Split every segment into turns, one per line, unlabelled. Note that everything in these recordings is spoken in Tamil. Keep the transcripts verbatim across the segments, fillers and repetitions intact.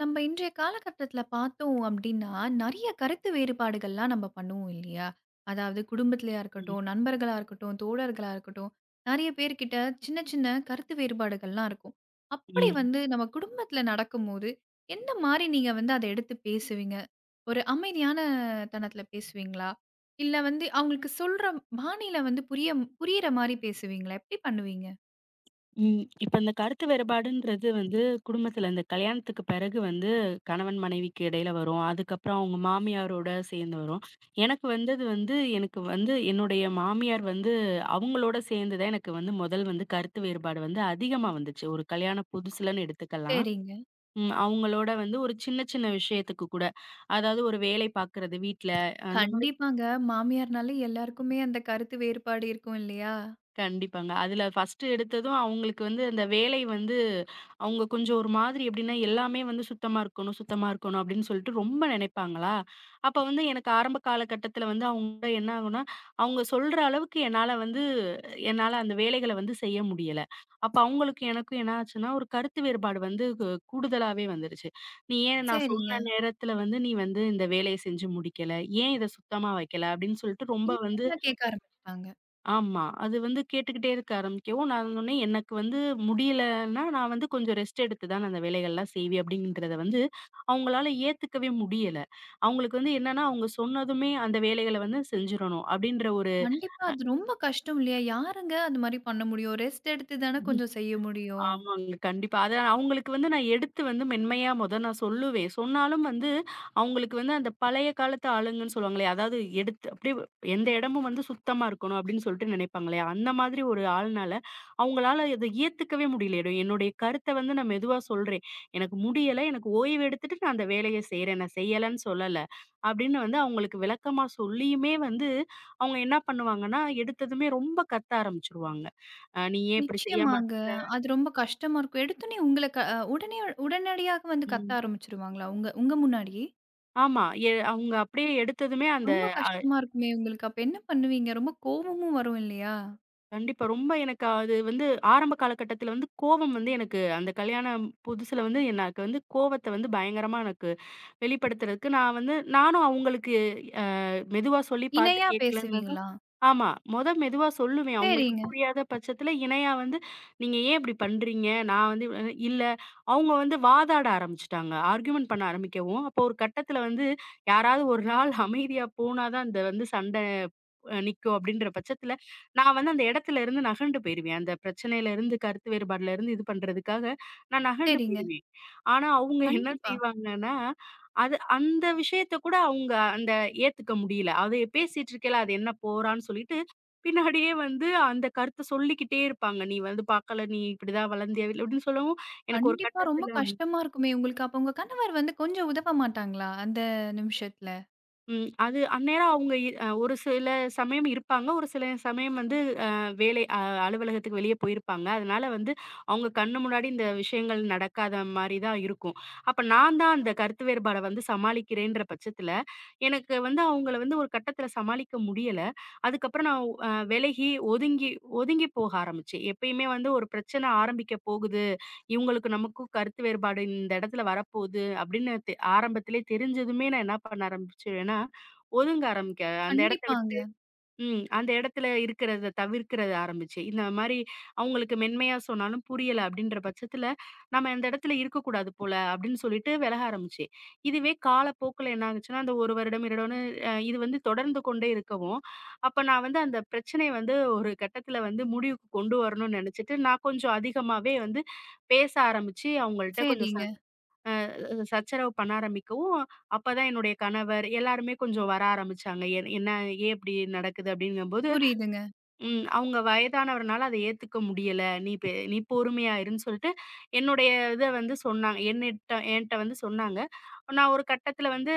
நம்ம இன்றைய காலகட்டத்துல பார்த்தோம் அப்படின்னா, நெறைய கருத்து வேறுபாடுகள்லாம் நம்ம பண்ணுவோம் இல்லையா? அதாவது குடும்பத்திலயா
ம்,
இருக்கட்டும், நண்பர்களா இருக்கட்டும், தோழர்களா இருக்கட்டும், நெறைய பேர்கிட்ட சின்ன சின்ன கருத்து வேறுபாடுகள்லாம் இருக்கும். அப்படி
ம்.
வந்து நம்ம குடும்பத்தில நடக்கும்போது, எந்த மாரி நீங்க வந்து அத எடுத்து பேசுவீங்க? ஒரு அமைதியான தனத்தில பேசுவீங்களா? இல்ல வந்து அவங்களுக்கு சொல்ற பாணியில வந்து புரிய புரியிற மாரி பேசுவீங்களா? எப்படி பண்ணுவீங்க?
ம். இப்ப இந்த கருத்து வேறுபாடுன்றது வந்து குடும்பத்துல இந்த கல்யாணத்துக்கு பிறகு வந்து கணவன் மனைவிக்கு இடையில வரும். அதுக்கப்புறம் அவங்க மாமியாரோட சேர்ந்து வரும். எனக்கு வந்தது வந்து எனக்கு வந்து என்னுடைய மாமியார் வந்து அவங்களோட சேர்ந்து தான் எனக்கு வந்து முதல் வந்து கருத்து வேறுபாடு வந்து அதிகமா வந்துச்சு. ஒரு கல்யாண புதுசுலன்னு எடுத்துக்கலாம்.
சரிங்க.
ம். அவங்களோட வந்து ஒரு சின்ன சின்ன விஷயத்துக்கு கூட. அதாவது ஒரு வேலை பார்க்கறது வீட்ல. அந்த
கண்டிப்பாங்க. மாமியார்னாலே எல்லாருக்குமே அந்த கருத்து வேறுபாடு இருக்கும் இல்லையா?
கண்டிப்பாங்க. அதுல ஃபர்ஸ்ட்டு எடுத்ததும் அவங்களுக்கு வந்து அந்த வேலை வந்து அவங்க கொஞ்சம் ஒரு மாதிரி எப்படின்னா, எல்லாமே வந்து சுத்தமா இருக்கணும், சுத்தமா இருக்கணும் அப்படின்னு சொல்லிட்டு ரொம்ப நினைப்பாங்களா, அப்ப வந்து எனக்கு ஆரம்ப காலகட்டத்தில வந்து அவங்க என்ன ஆகும்னா, அவங்க சொல்ற அளவுக்கு என்னால வந்து என்னால அந்த வேலைகள வந்து செய்ய முடியல. அப்ப அவங்களுக்கும் எனக்கும் என்ன ஆச்சுன்னா, ஒரு கருத்து வேறுபாடு வந்து கு கூடுதலாவே வந்துருச்சு. "நீ ஏன் நான்
சரிங்க.
சொன்ன நேரத்தில வந்து நீ வந்து இந்த வேலைய செஞ்சு முடிக்கல? ஏன் இத சுத்தமா வைக்கல?" அப்படின்னு சொல்லிட்டு ரொம்ப
இது
வந்து.
மாதிரிலாம் கேட்க ஆரம்பிச்சுட்டாங்க.
ஆமா. அது வந்து கேட்டுக்கிட்டே இருக்க ஆரம்பிக்கவும், நான் சொன்னேன், "எனக்கு வந்து முடியலன்னா, நான் வந்து கொஞ்சம் ரெஸ்ட் எடுத்து தான் நான் அந்த வேலைகள்லாம் செய்வேன்." அப்படின்றத வந்து அவங்களால ஏத்துக்கவே முடியல. அவங்களுக்கு வந்து என்னன்னா, அவங்க சொன்னதுமே அந்த வேலைகள வந்து செஞ்சிரணும் அப்படின்ற ஒரு.
கண்டிப்பா அது ரொம்ப கஷ்டம் இல்லையா? யாருங்க அது மாரி பண்ண முடியும்? ரெஸ்ட் எடுத்து தானே கொஞ்சம் செய்ய முடியும்.
ஆமாங்க. கண்டிப்பா. அத அவங்களுக்கு வந்து நான் எடுத்து வந்து மென்மையா மொத நான் சொல்லுவேன். சொன்னாலும் வந்து அவங்களுக்கு வந்து அந்த பழைய காலத்து ஆளுங்கன்னு சொல்லுவாங்களே, அதாவது எடுத்து அப்படியே எந்த இடமும் வந்து சுத்தமா இருக்கணும் அப்படின்னு சொல்லிட்டு நினைப்பாங்களே, அந்த மாதிரி ஒரு ஆள்னால அவங்களால இத ஏத்துக்கவே முடியலையிடும். என்னுடைய கருத்த வந்து நான் மெதுவா சொல்றேன். எனக்கு முடியல. எனக்கு ஓய்வு எடுத்துட்டு நான் அந்த வேலைய செய்றேன். நான் செய்யலன்னு சொல்லல. அப்படின்னு வந்து அவங்களுக்கு விளக்கமா சொல்லியுமே வந்து அவங்க என்ன பண்ணுவாங்கன்னா, எடுத்ததுமே ரொம்ப கத்த ஆரம்பிச்சுருவாங்க. அ நீ ஏன் இப்படி செய்யாம.
நிச்சயமாங்க. அது ரொம்ப கஷ்டமா இருக்கும். எடுத்தோனே உங்கள க அ உடனே உடனடியாக வந்து கத்த
ம்.
ஆரம்பிச்சுருவாங்களா? உங்க உங்க முன்னாடி?
ஆமா. எ அவங்க அப்படியே எடுத்ததுமே அந்த.
ரொம்ப
அ
கஷ்டமா இருக்குமே உங்களுக்கு. அப்ப என்ன பண்ணுவீங்க? ரொம்ப கோவமும் வரும் இல்லையா?
கண்டிப்பா. ரொம்ப எனக்கு அது வந்து ஆரம்ப காலகட்டத்தில வந்து கோவம் வந்து எனக்கு அந்த கல்யாணம் புதுசுல வந்து எனக்கு வந்து கோவத்த வந்து பயங்கரமா எனக்கு வெளிப்படுத்துறதுக்கு நான் வந்து நானும் அவங்களுக்கு அ மெதுவா சொல்லி பார்த்து
இணையா
கேட்கலன்னதும்.
பேசுவீங்களா?
ஆமா. மொத மெதுவா சொல்லுவேன். அவங்களுக்கு
சரிங்க,
புரியாத பட்சத்தில இணையா வந்து, "நீங்க ஏன் இப்படி பண்றீங்க?" நான் வந்து இவ்வளவு- இல்ல. அவங்க வந்து வாதாட ஆரம்பிச்சுட்டாங்க. ஆர்கியூமென்ட் பண்ண ஆரம்பிக்கவும், அப்போ ஒரு கட்டத்தில வந்து யாராவது ஒரு ஆள் அமைதியா போனா தான் இந்த வந்து சண்ட அ நிக்கும் அப்படின்ற பட்சத்துல, நான் வந்து அந்த இடத்துல இருந்து நகண்டு போயிருவேன். அந்த பிரச்சனையில இருந்து, கருத்து வேறுபாடுல இருந்து இது பண்றதுக்காக நான் நகண்டு
சரிங்க.
போயிருவேன். ஆனா, அவங்க என்ன
கண்டிப்பா.
செய்வாங்கன்னா, அது அந்த விஷயத்த கூட அவங்க அந்த ஏத்துக்க முடியல. அது பேசிட்டு இருக்கையில அது என்ன போறான்னு சொல்லிட்டு, பின்னாடியே வந்து அந்த கருத்த சொல்லிக்கிட்டே இருப்பாங்க. "நீ வந்து பார்க்கல, நீ இப்படிதான் வளர்ந்தியா" இல்ல இப்படின்னு சொல்லவும், எனக்கு ஒரு
கண்டிப்பா. ரொம்ப
கட்டத்துல.
கஷ்டமா இருக்குமே உங்களுக்கு. அப்ப உங்க கணவர் வந்து கொஞ்சம் உதவ மாட்டாங்களா? அந்த நிமிஷத்துல?
ம். அது அந்நேரம் அவங்க இ அ ஒரு சில சமயம் இருப்பாங்க. ஒரு சில சமயம் வந்து அ வேலை அ அலுவலகத்துக்கு வெளிய போயிருப்பாங்க. அதனால வந்து அவங்க கண்ணு முன்னாடி இந்த விஷயங்கள் நடக்காத மாரி தான் இருக்கும். அப்ப நான் தான் அந்த கருத்து வேறுபாட வந்து சமாளிக்கிறேன்ற பட்சத்துல, எனக்கு வந்து அவங்கள வந்து ஒரு கட்டத்துல சமாளிக்க முடியல. அதுக்கப்புறம் நான் அ விலகி, ஒதுங்கி ஒதுங்கி போக ஆரம்பிச்சேன். எப்பயுமே வந்து ஒரு பிரச்சனை ஆரம்பிக்க போகுது இவங்களுக்கு நமக்கும் கருத்து வேறுபாடு இந்த இடத்துல வரப்போகுது அப்படின்னு தெ ஆரம்பத்திலே தெரிஞ்சதுமே நான் என்ன பண்ண ஆரம்பிச்சுருவேன்னா, ஒதுங்க ஆரம்பிக்க அந்த இடத்த
கண்டிப்பாங்க.
விட்டு. ம். அந்த இடத்துல இருக்கிறத தவிர்க்கிறத ஆரம்பிச்சேன். இந்த மாரி அவங்களுக்கு மென்மையா சொன்னாலும் புரியல அப்படின்ற பட்சத்துல, நம்ம இந்த இடத்துல இருக்கக்கூடாது போல அப்படின்னு சொல்லிட்டு விலக ஆரம்பிச்சேன். இதுவே காலப்போக்குல என்ன ஆகுச்சுன்னா, அந்த ஒரு வருடம், இரண்டு வருடம் அ இது வந்து தொடர்ந்து கொண்டே இருக்கவும், அப்ப நான் வந்து அந்த பிரச்சனைய வந்து ஒரு கட்டத்துல வந்து முடிவுக்கு கொண்டு வரணும்னு நெனச்சுட்டு, நான் கொஞ்சம் அதிகமாவே வந்து பேச ஆரம்பிச்சு, அவங்கள்ட்ட கொஞ்சம் ச
சரிங்க.
அஹ் சச்சரவு பண்ண ஆரம்பிக்கவும், அப்பதான் என்னுடைய கணவர் எல்லாருமே கொஞ்சம் வர ஆரம்பிச்சாங்க. என் என்ன ஏன் இப்படி நடக்குது அப்படிங்கும்போது.
புரியுதுங்க.
ம். அவங்க வயதானவர்னால அத ஏத்துக்க முடியல. "நீ பெ நீ பொறுமையா இருன்னு" சொல்லிட்டு என்னுடைய இத வந்து சொன்னாங்க. என்னிட்ட என்ட்ட வந்து சொன்னாங்க. நான் ஒரு கட்டத்தில வந்து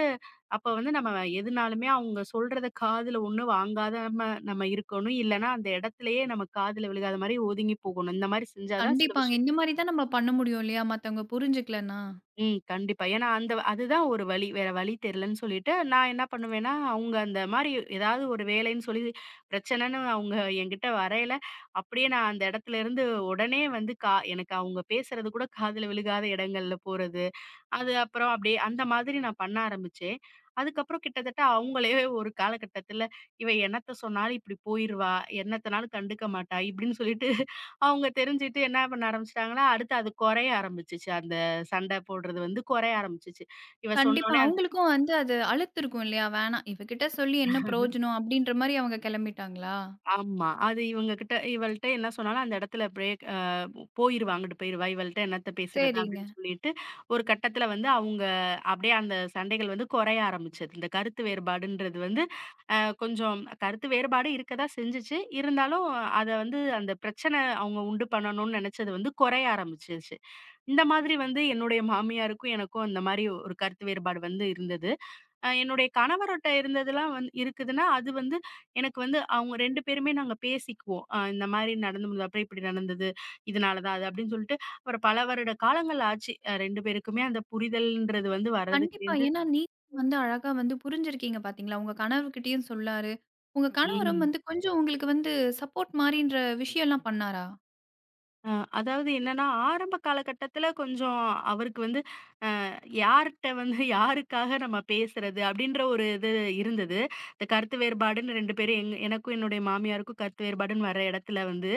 அப்ப வந்து நம்ம எதுனாலுமே அவங்க சொல்றத காதுல ஒண்ணு வாங்காதம நம்ம இருக்கணும். இல்லன்னா அந்த இடத்திலேயே நம்ம காதுல விழுகாத மாரி ஒதுங்கி போகணும். இந்த மாரி செஞ்சா தான் சில
கண்டிப்பாங்க.
விஷயம்.
இந்த மாரி தான் நம்ம பண்ண முடியும் இல்லையா? மத்தவங்க புரிஞ்சுக்கலன்னா.
ம். கண்டிப்பா. ஏன்னா அந்த அதுதான் ஒரு வழி. வேற வழி தெரியலன்னு சொல்லிட்டு, நான் என்ன பண்ணுவேன்னா, அவங்க அந்த மாரி ஏதாவது ஒரு வேலைன்னு சொல்லி பிரச்சனைன்னு அவங்க என்கிட்ட வரையில, அப்படியே நான் அந்த இடத்துல இருந்து உடனே வந்து கா எனக்கு அவங்க பேசுறது கூட காதுல விழுகாத இடங்கள்ல போறது. அது அப்புறம் அப்படியே அந்த மாதிரி நான் பண்ண ஆரம்பிச்சேன். அதுக்கப்புறம் கிட்டத்தட்ட அவங்களே ஒரு காலகட்டத்தில, "இவ என்னத்த சொன்னாலும் இப்படி போயிருவா, என்னத்தனாலும் கண்டுக்க மாட்டா" இப்படின்னு சொல்லிட்டு அவங்க தெரிஞ்சுட்டு என்ன பண்ண ஆரம்பிச்சுட்டாங்கன்னா, அடுத்து அது குறைய ஆரம்பிச்சுச்சு. அந்த சண்டை போடுறது வந்து குறைய ஆரம்பிச்சுச்சு. இவ
கண்டிப்பா
சொன்னோனே.
அவங்களுக்கும் வந்து அது அலுத்திருக்கும் இல்லையா? வேணாம் இவகிட்ட சொல்லி என்ன பிரயோஜனம்? அப்படின்ற மாரி அவங்க கெளம்பிட்டாங்களா?
ஆமா. அது இவங்க கிட்ட இவள்ட்ட என்ன சொன்னாலும் அந்த இடத்துல பிரேக் அ போயிருவா, அங்கிட்டு போயிருவா. இவள்ட்ட என்னத்த பேசுறது
சரிங்க.
அப்படின்னு சொல்லிட்டு, ஒரு கட்டத்துல வந்து அவங்க அப்படியே அந்த சண்டைகள் வந்து குறைய ஆரம்பிச்சது. இந்த கருத்து வேறுபாடுன்றது வந்து அ கொஞ்சம் கருத்து வேறுபாடு இருக்க தான் செஞ்சுச்சு. இருந்தாலும் அத வந்து அந்த பிரச்சனை அவங்க உண்டு பண்ணணும்னு நினைச்சது வந்து குறைய ஆரம்பிச்சுருச்சு. இந்த மாதிரி வந்து என்னுடைய மாமியாருக்கும் எனக்கும் அந்த மாரி ஒரு கருத்து வேறுபாடு வந்து இருந்தது. அ என்னுடைய கணவர்ட்ட இருந்ததெல்லாம் வந்து இருக்குதுன்னா, அது வந்து எனக்கு வந்து அவங்க ரெண்டு பேருமே நாங்க பேசிக்குவோம். அ இந்த மாரி நடந்து முடிஞ்சது, அப்புறம் இப்படி நடந்தது. இதனால தான் அது அப்படின்னு சொல்லிட்டு, அப்புறம் பல வருட காலங்கள் ஆச்சு. அ ரெண்டு பேருக்குமே அந்த புரிதல்ன்றது வந்து வர்றதுக்கு
கண்டிப்பா.
வந்து.
ஏன்னா நீங்க வந்து அழகா வந்து புரிஞ்சிருக்கீங்க பாத்தீங்களா? உங்க கணவர்கிட்டயும் சொல்லாரு. உங்க கணவரும்
ம்.
வந்து கொஞ்சம் உங்களுக்கு வந்து சப்போர்ட் மாரின்ற விஷயம்லாம் பண்ணாரா?
அ அதாவது என்னன்னா, ஆரம்ப காலகட்டத்தில கொஞ்சம் அவருக்கு வந்து யார்ட்ட வந்து யாருக்காக நம்ம பேசுறது அப்படின்ற ஒரு இது இருந்தது. இந்த கருத்து வேறுபாடுன்னு ரெண்டு பேரும் எங் எனக்கும் என்னுடைய மாமியாருக்கும் கருத்து வேறுபாடுன்னு வர இடத்துல வந்து,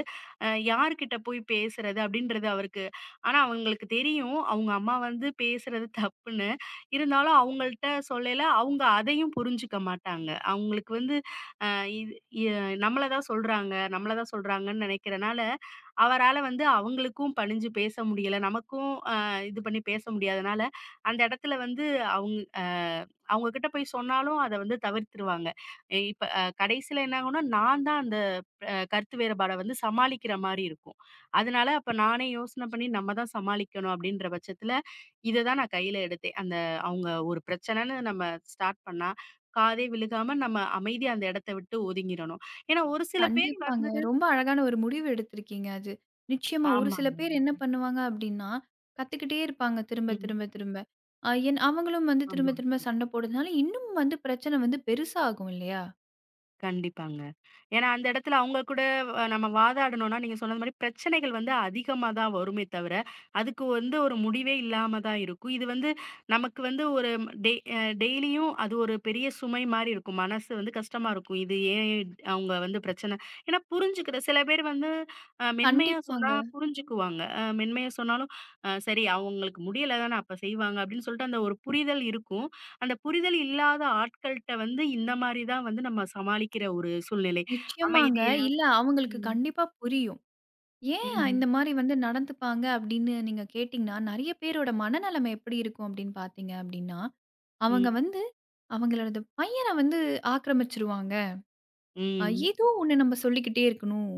அ யார்கிட்ட போய் பேசுறது அப்படின்றது அவருக்கு. ஆனா அவங்களுக்கு தெரியும். அவங்க அம்மா வந்து பேசுறது தப்புன்னு. இருந்தாலும் அவங்கள்ட்ட சொல்லல, அவங்க அதையும் புரிஞ்சுக்க மாட்டாங்க. அவங்களுக்கு வந்து அ இது இ நம்மள தான் சொல்றாங்க, நம்மள தான் சொல்றாங்கன்னு நினைக்கிறனால, அவரால வந்து அவங்களுக்கும் பணிஞ்சு பேச முடியல. நமக்கும் அ இது பண்ணி பேச முடியாதனால, அந்த இடத்துல வந்து அவுங் அ அவங்க கிட்ட போய் சொன்னாலும் அத வந்து தவிர்த்துருவாங்க. அஹ் இப்ப அ கடைசியில என்ன ஆகும்னா, நான் தான் அந்த அ கருத்து வேறுபாட வந்து சமாளிக்கிற மாரி இருக்கும். அதனால அப்ப நானே யோசனை பண்ணி நம்ம தான் சமாளிக்கணும் அப்படின்ற பட்சத்துல, இத தான் நான் கையில எடுத்தேன். அந்த அவங்க ஒரு பிரச்சனைன்னு நம்ம ஸ்டார்ட் பண்ணா காதே விழுகாம நம்ம அமைதியா அந்த இடத்த விட்டு ஒதுங்கிரணும். ஏன்னா ஒரு சில பேர்
கண்டிப்பாங்க.
வந்து.
ரொம்ப அழகான ஒரு முடிவு எடுத்திருக்கீங்க அது. நிச்சயமா ஒரு சில
ஆமாங்க.
பேர் என்ன பண்ணுவாங்க அப்டின்னா, கத்துக்கிட்டே இருப்பாங்க திரும்ப,
ம்.
திரும்ப, திரும்ப. அ என் அவங்களும் வந்து
ஆமா.
திரும்ப, திரும்ப சண்ட போடுறதுனால, இன்னும் வந்து பிரச்சன வந்து பெருசாகும் இல்லையா?
கண்டிப்பாங்க. ஏன்னா அந்த இடத்துல அவுங்க கூட அ நம்ம வாதாடணும்னா, நீங்க சொன்னது மாரி பிரச்சனைகள் வந்து அதிகமா தான் வருமே தவிர, அதுக்கு வந்து ஒரு முடிவே இல்லாம தான் இருக்கும். இது வந்து நமக்கு வந்து ஒரு டெ அ டெய்லியும் அது ஒரு பெரிய சுமை மாரி இருக்கும். மனசு வந்து கஷ்டமா இருக்கும். இது ஏன் அவுங்க வந்து பிரச்சனை. ஏன்னா புரிஞ்சுக்கிற சில பேர் வந்து அ மென்மையா சொன்னா
கண்டிப்பாங்க.
புரிஞ்சுக்குவாங்க. அ மென்மையா சொன்னாலும், அ சரி அவுங்களுக்கு முடியல தானே அப்ப செய்வாங்க, அப்டின்னு சொல்லிட்டு அந்த ஒரு புரிதல் இருக்கும். அந்த புரிதல் இல்லாத ஆட்கள்ட்ட வந்து இந்த மாரி தான் வந்து நம்ம சமாளிக்கிற ஒரு சூழ்நிலை.
நிச்சயமாங்க.
அமைதியா.
இல்ல அவங்களுக்கு
ம்,
கண்டிப்பா புரியும். ஏன்
ம்,
இந்த மாரி வந்து நடந்துப்பாங்க அப்டின்னு நீங்க கேட்டீங்கன்னா, நெறைய பேரோட மனநெலைமை எப்படி இருக்கும் அப்டின்னு பார்த்தீங்க அப்டின்னா, அவங்க
ம்,
வந்து அவங்களோட பையன வந்து ஆக்கிரமிச்சுருவாங்க. அ
ம்,
ஏதோ ஒண்ணு நம்ம சொல்லிக்கிட்டே இருக்கணும்.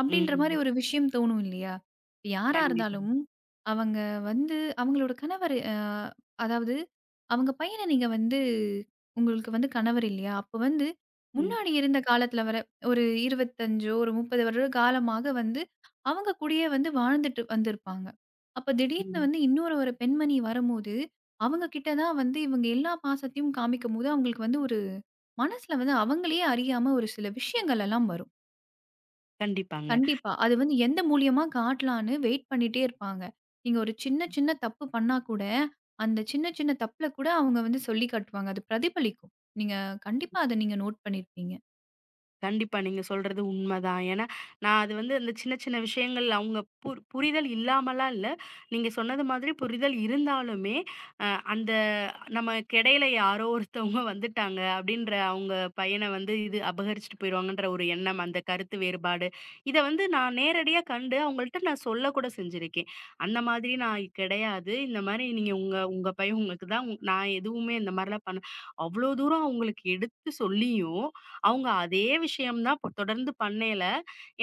அப்படின்ற மாரி
ம்.
ஒரு விஷயம் தோணும் இல்லையா? இப்ப யாரா
கண்டிப்பா.
இருந்தாலும் அவங்க வந்து அவங்களோட கணவர் அ அதாவது அவங்க பையன நீங்க வந்து உங்களுக்கு வந்து கணவர் இல்லையா? அப்ப வந்து
ம்,
முன்னாடி இருந்த காலத்துல வர ஒரு இருபத்தி ஐந்தோ ஒரு முப்பது வருட காலமாக வந்து அவங்க கூடயே வந்து வாழ்ந்துட்டு வந்திருப்பாங்க. அப்ப திடீர்னு
ம்.
வந்து இன்னொரு ஒரு பெண்மணி வரும்போது, அவங்க கிட்ட தான் வந்து இவங்க எல்லா பாசத்தையும் காமிக்கும்போது அவங்களுக்கு வந்து ஒரு மனசுல வந்து அவங்களயே அறியாம ஒரு சில விஷயங்கள் எல்லாம் வரும்.
கண்டிப்பாங்க.
கண்டிப்பா. அது வந்து எந்த மூலியமா காட்டலான்னு வெயிட் பண்ணிட்டே இருப்பாங்க. நீங்க ஒரு சின்ன சின்ன தப்பு பண்ணா கூட, அந்த சின்ன சின்ன தப்புல கூட அவங்க வந்து சொல்லி காட்டுவாங்க. அது பிரதிபலிக்கும். நீங்க கண்டிப்பா அத நீங்க நோட் பண்ணியிருப்பீங்க.
கண்டிப்பா. நீங்க சொல்றது உண்மதான். ஏன்னா, நான் அது வந்து அந்த சின்ன சின்ன விஷயங்கள் அவங்க புர் புரிதல் இல்லாமலாம் இல்ல. நீங்க சொன்னது மாதிரி புரிதல் இருந்தாலுமே, அ அந்த நமக்கு இடையில யாரோ ஒருத்தவங்க வந்துட்டாங்க அப்படின்ற அவங்க பையன வந்து இது அபகரிச்சுட்டு போயிருவாங்கன்ற ஒரு எண்ணம், அந்த கருத்து வேறுபாடு, இத வந்து நான் நேரடியா கண்டு அவங்கள்ட்ட நான் சொல்லக்கூட செஞ்சிருக்கேன். அந்த மாதிரி நான் கிடையாது. இந்த மாரி நீங்க உங்க உங்க பையன் உங்களுக்கு தான். நான் எதுவுமே இந்த மாரிலாம் பண்ண அவ்ளோ தூரம் அவங்களுக்கு எடுத்து சொல்லியும் அவங்க அதே விஷயம் தான் பொ தொடர்ந்து பண்ணையில,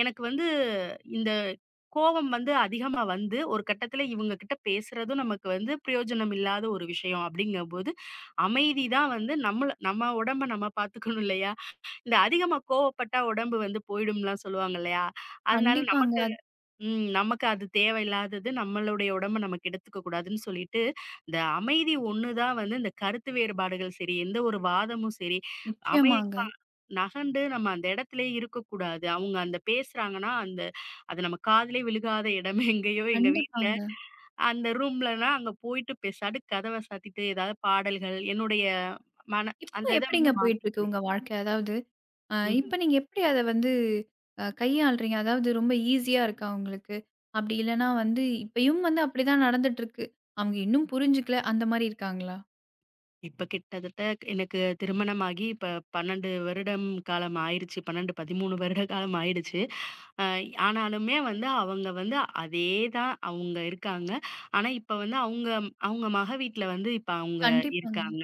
எனக்கு வந்து இந்த கோவம் வந்து அதிகமா வந்து, ஒரு கட்டத்தில இவங்க கிட்ட பேசுறதும் நமக்கு வந்து பிரயோஜனம் இல்லாத ஒரு விஷயம் அப்படிங்கம்போது, அமைதி தான் வந்து நம்மள நம்ம உடம்ப நம்ம பாத்துக்கணும் இல்லையா? இந்த அதிகமா கோவப்பட்டா உடம்பு வந்து போயிடும்லாம் சொல்லுவாங்க இல்லையா? அதனால
கண்டிப்பாங்க.
நமக்கு.
அது
ம். நமக்கு அது தேவையில்லாதது. நம்மளுடைய உடம்ப நமக்கு கெடுத்துக்க கூடாதுன்னு சொல்லிட்டு, இந்த அமைதி ஒண்ணு தான் வந்து இந்த கருத்து வேறுபாடுகள் சரி, எந்த ஒரு வாதமும் சரி,
நிச்சயமாங்க.
அமைதிக்கா நகர்ந்து நம்ம அந்த இடத்திலேயே இருக்கக்கூடாது. அவங்க அந்த பேசுறாங்கன்னா, அந்த அது நம்ம காதிலே விழுகாத இடம் எங்கேயோ எங்க வீட்ல,
கண்டிப்பாங்க.
அந்த ரூம்லனா அங்க போயிட்டு பேசாட்டு கதவ சாத்திட்டு ஏதாவது பாடல்கள் என்னுடைய மன
இப்போ
அந்த இத வந்து
எப்படிங்க போயிட்டுருக்கு
மாத்திக்குவேன்.
உங்க வாழ்க்கை? அதாவது அ
ம்.
இப்ப நீங்க எப்படி அத வந்து அ கையாள்றீங்க? அதாவது ரொம்ப ஈஸியா இருக்கா உங்களுக்கு? அப்படி இல்லன்னா வந்து இப்பயும் வந்து அப்படிதான் நடந்துட்டுருக்கு. அவங்க இன்னும் புரிஞ்சுக்கல அந்த மாரி இருக்காங்களா?
இப்ப கிட்டத்தட்ட எனக்கு திருமணமாகி இப்ப பன்னெண்டு வருடம் காலம் ஆயிருச்சு. பன்னெண்டு, பதிமூணு வருட காலம் ஆயிடுச்சு. அ ஆனாலுமே வந்து அவங்க வந்து அதே தான் அவங்க இருக்காங்க. ஆனா இப்ப வந்து அவங்க அவங்க மக வீட்ல வந்து இப்ப அவங்க
கண்டிப்பாங்க.
இருக்காங்க.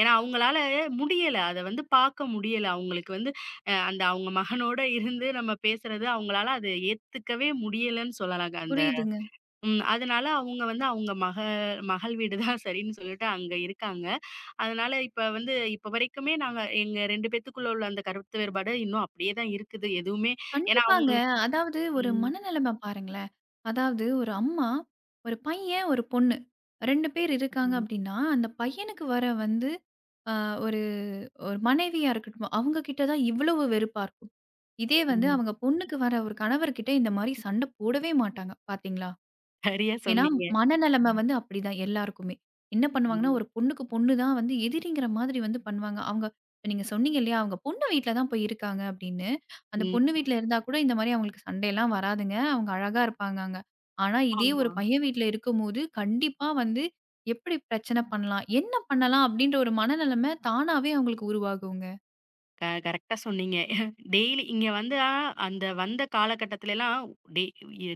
ஏன்னா அவங்களால முடியல. அத வந்து பார்க்க முடியல. அவங்களுக்கு வந்து அ அந்த அவங்க மகனோட இருந்து நம்ம பேசுறது அவங்களால அத ஏத்துக்கவே முடியலன்னு சொல்லலாங்க. அந்த.
புரியுதுங்க.
ம். அதனால அவங்க வந்து அவங்க மக மகள் வீடு தான் சரின்னு சொல்லிட்டு அங்க இருக்காங்க. அதனால இப்ப வந்து இப்ப வரைக்குமே நாங்க எங்க ரெண்டு பேத்துக்குள்ள உள்ள அந்த கருத்து வேறுபாடு இன்னும் அப்படியே தான் இருக்குது. எதுவுமே. ஏன்னா
கண்டிப்பாங்க.
அவங்களுக்கு.
அதாவது ஒரு
ம்,
மனநிலைமை பாருங்களேன். அதாவது ஒரு அம்மா, ஒரு பையன், ஒரு பொண்ணு. ரெண்டு பேர் இருக்காங்க
ம்,
அப்படின்னா, அந்த பையனுக்கு வர வந்து அ ஒரு ஒரு மனைவியா இருக்கட்டும், அவங்க கிட்ட தான் இவ்வளவு வெறுப்பா இருக்கும். இதே வந்து
ம்.
அவங்க பொண்ணுக்கு வர ஒரு கணவர்கிட்ட இந்த மாரி சண்டை போடவே மாட்டாங்க. பார்த்தீங்களா?
சரியா
ஏன்னா,
சொன்னீங்க.
மனநெலைமை
ம்,
வந்து அப்படிதான் எல்லாருக்குமே. என்ன பண்ணுவாங்கன்னா,
ம்,
ஒரு பொண்ணுக்கு பொண்ணு தான் வந்து எதிரிங்கிற மாதிரி வந்து பண்ணுவாங்க. அவங்க இப்ப நீங்க சொன்னீங்க இல்லையா? அவங்க பொண்ணு வீட்ல தான் போய் இருக்காங்க அப்படின்னு. அந்த
ம்.
பொண்ணு வீட்ல இருந்தா கூட இந்த மாரி அவங்களுக்கு சண்டைலாம் வராதுங்க. அவங்க அழகா இருப்பாங்க அங்க. ஆனா, இதே
ஆமா.
ஒரு பையன் வீட்ல இருக்கும்போது, கண்டிப்பா வந்து எப்படி பிரச்சனை பண்ணலாம்? என்ன பண்ணலாம்? அப்படின்ற ஒரு மனநெலைமை தானாவே அவங்களுக்கு உருவாகுங்க.
க கரெக்ட்டா சொன்னீங்க. டெய்லி இங்க வந்து. ஆ, அந்த வந்த காலகட்டத்திலலாம் டெ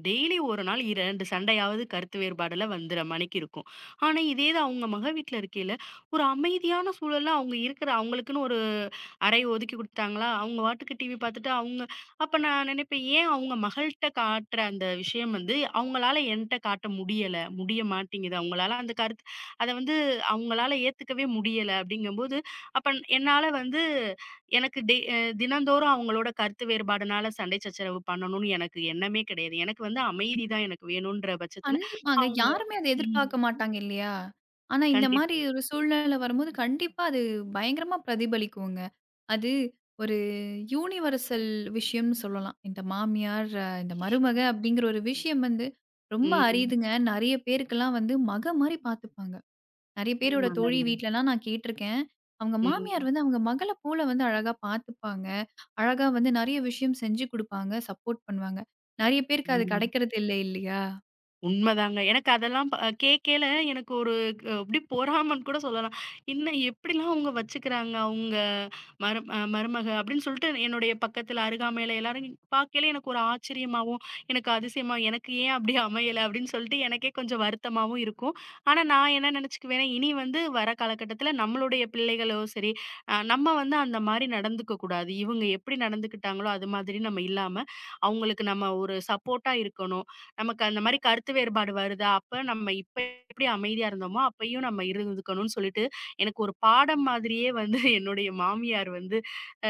டெய்லி ஒரு நாள் இரண்டு சண்டையாவது கருத்து வேறுபாடுல வந்துற மணிக்கு இருக்கும். ஆனா, இதே இது அவங்க மக வீட்ல இருக்கையில, ஒரு அமைதியான சூழல்ல அவங்க இருக்கிற அவங்களுக்குன்னு ஒரு அறை ஒதுக்கி குடுத்தாங்களா, அவங்க பாட்டுக்கு டிவி பார்த்துட்டு அவங்க. அப்ப நான் நினைப்பேன், ஏன் அவங்க மகள்ட்ட காட்டுற அந்த விஷயம் வந்து அவங்களால என்ட்ட காட்ட முடியல, முடிய மாட்டேங்குது. அவங்களால அந்த கருத்து அத வந்து அவங்களால ஏத்துக்கவே முடியல அப்படிங்கும்போது, அப்ப என்னால வந்து எனக்கு டெ அ தினந்தோறும் அவங்களோட கருத்து வேறுபாடுனால சண்டை சச்சரவு பண்ணணும்னு எனக்கு எண்ணமே கிடையாது. எனக்கு வந்து அமைதி தான் எனக்கு வேணுன்ற பட்சத்துல
கண்டிப்பாங்க.
அவங்க.
யாருமே அத
ம்.
எதிர்பார்க்க மாட்டாங்க இல்லையா? ஆனா இந்த மாரி
கண்டிப்பா.
ஒரு சூழ்நிலை வரும்போது கண்டிப்பா அது பயங்கரமா பிரதிபலிக்குங்க. அது ஒரு யூனிவர்சல் விஷயம்னு சொல்லலாம். இந்த மாமியார், அஹ், இந்த மருமக அப்படிங்கிற ஒரு விஷயம் வந்து ரொம்ப
ம்.
அரிதுங்க. நெறைய பேருக்கெல்லாம் வந்து மக மாரி பார்த்துப்பாங்க. நெறைய பேரோட தோழி
உண்மதாங்க.
வீட்லலாம் நான் கேட்டுருக்கேன். அவங்க மாமியார்
ம்.
வந்து அவங்க மகள போல வந்து அழகா பார்த்துப்பாங்க. அழகா வந்து நெறைய விஷயம் செஞ்சு குடுப்பாங்க, சப்போர்ட் பண்ணுவாங்க. நெறைய பேருக்கு அது
ம்.
கிடைக்கிறது இல்ல இல்லையா?
உண்மதாங்க. எனக்கு அதெல்லாம் ப கேட்கேல. எனக்கு ஒரு க் அப்படியே பொறாமன்னு கூட சொல்லலாம். என்ன எப்படிலாம் அவங்க வச்சுக்கிறாங்க, அவங்க மரு அ மருமக அப்படின்னு சொல்லிட்டு என்னுடைய பக்கத்துல அருகாமையில எல்லாரும் பார்க்கையில எனக்கு ஒரு ஆச்சரியமாவும், எனக்கு அதிசயமா எனக்கு ஏன் அப்படி அமையல அப்படின்னு சொல்லிட்டு எனக்கே கொஞ்சம் வருத்தமாவும் இருக்கும். ஆனா நான் என்ன நினைச்சுக்குவேன்னா, இனி வந்து வர காலகட்டத்துல நம்மளுடைய பிள்ளைகளோ சரி, அ நம்ம வந்து அந்த மாரி நடந்துக்க கூடாது. இவங்க எப்படி நடந்துக்கிட்டாங்களோ அது மாதிரி நம்ம இல்லாம, அவங்களுக்கு நம்ம ஒரு சப்போர்ட்டா இருக்கணும். நமக்கு அந்த மாரி கருத்து வேறுபாடு வருதா? அப்ப நம்ம இப்ப எப்படி அமைதியா இருந்தோமோ, அப்பயும் நம்ம இருந்துக்கணும்னு சொல்லிட்டு, எனக்கு ஒரு பாடம் மாதிரியே வந்து என்னுடைய மாமியார் வந்து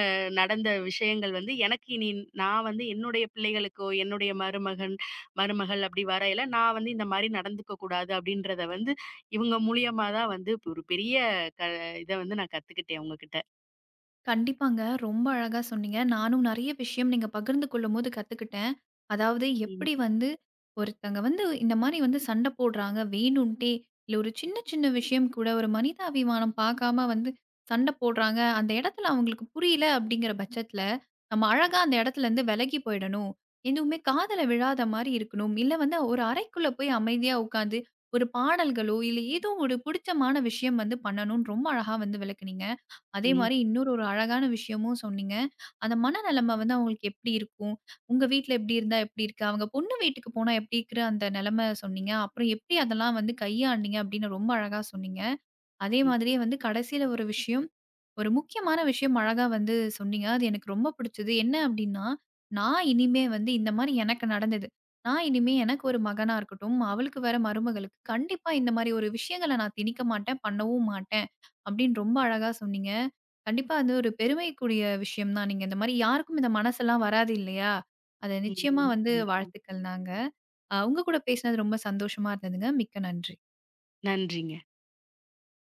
அ நடந்த விஷயங்கள் வந்து எனக்கு இனி நான் வந்து என்னுடைய பிள்ளைகளுக்கோ, என்னுடைய மருமகன், மருமகள் அப்படி வரையில நான் வந்து இந்த மாரி நடந்துக்க கூடாது அப்படின்றத வந்து இவங்க மூலியமா தான் வந்து ஒரு பெரிய க இத வந்து நான் கத்துக்கிட்டேன் உங்ககிட்ட.
கண்டிப்பாங்க. ரொம்ப அழகா சொன்னீங்க. நானும் நெறைய விஷயம் நீங்க பகிர்ந்து கொள்ளும்போது கத்துக்கிட்டேன். அதாவது
ம்,
எப்படி வந்து ஒருத்தங்க வந்து இந்த மாரி வந்து சண்டை போடுறாங்க வேணுன்ட்டே. இல்ல ஒரு சின்ன சின்ன விஷயம் கூட ஒரு மனிதாபிமானம் பார்க்காம வந்து சண்டை போடுறாங்க. அந்த இடத்துல அவங்களுக்கு புரியல அப்படிங்கிற பட்சத்துல, நம்ம அழகா அந்த இடத்துலருந்து விலகி போயிடணும். எதுவுமே காதுல விழாத மாரி இருக்கணும். இல்ல வந்து ஒரு அறைக்குள்ள போய் அமைதியா உட்காந்து ஒரு பாடல்களோ, இல்ல ஏதோ ஒரு புடிச்சமான விஷயம் வந்து பண்ணணும்னு ரொம்ப அழகா வந்து விளக்குனீங்க. அதே
ம்,
மாரி இன்னொரு ஒரு அழகான விஷயமும் சொன்னீங்க. அந்த மனநெலைம வந்து அவங்களுக்கு எப்டி இருக்கும்? உங்க வீட்ல எப்டி இருந்தா எப்டி இருக்கு? அவங்க பொண்ணு வீட்டுக்கு போனா எப்டி இருக்கிற அந்த நெலைம சொன்னீங்க. அப்புறம் எப்டி அதெல்லாம் வந்து கையாண்டீங்க அப்டின்னு ரொம்ப அழகா சொன்னீங்க. அதே
ம், ம்.
மாதிரியே வந்து கடைசில ஒரு விஷயம், ஒரு முக்கியமான விஷயம் அழகா வந்து சொன்னீங்க. அது எனக்கு ரொம்ப பிடிச்சது. என்ன அப்டின்னா, நான் இனிமே வந்து இந்த மாரி எனக்கு நடந்தது. நான் இனிமே எனக்கு ஒரு மகனா இருக்கட்டும், அவளுக்கு வர மருமகளுக்கு கண்டிப்பா இந்த மாரி ஒரு விஷயங்கள நான் திணிக்க மாட்டேன், பண்ணவும் மாட்டேன். அப்டின்னு ரொம்ப அழகா சொன்னீங்க. கண்டிப்பா அது ஒரு பெருமைக்குரிய விஷயம் தான். நீங்க இந்த மாரி யாருக்கும் இந்த மனசெல்லாம் வராது இல்லையா? அத நிச்சயமா
ம்.
வந்து
நன்றி.
வாழ்த்துக்கள் தாங்க. அ உங்க கூட பேசினது ரொம்ப சந்தோஷமா இருந்ததுங்க. மிக்க நன்றி.
நன்றிங்க.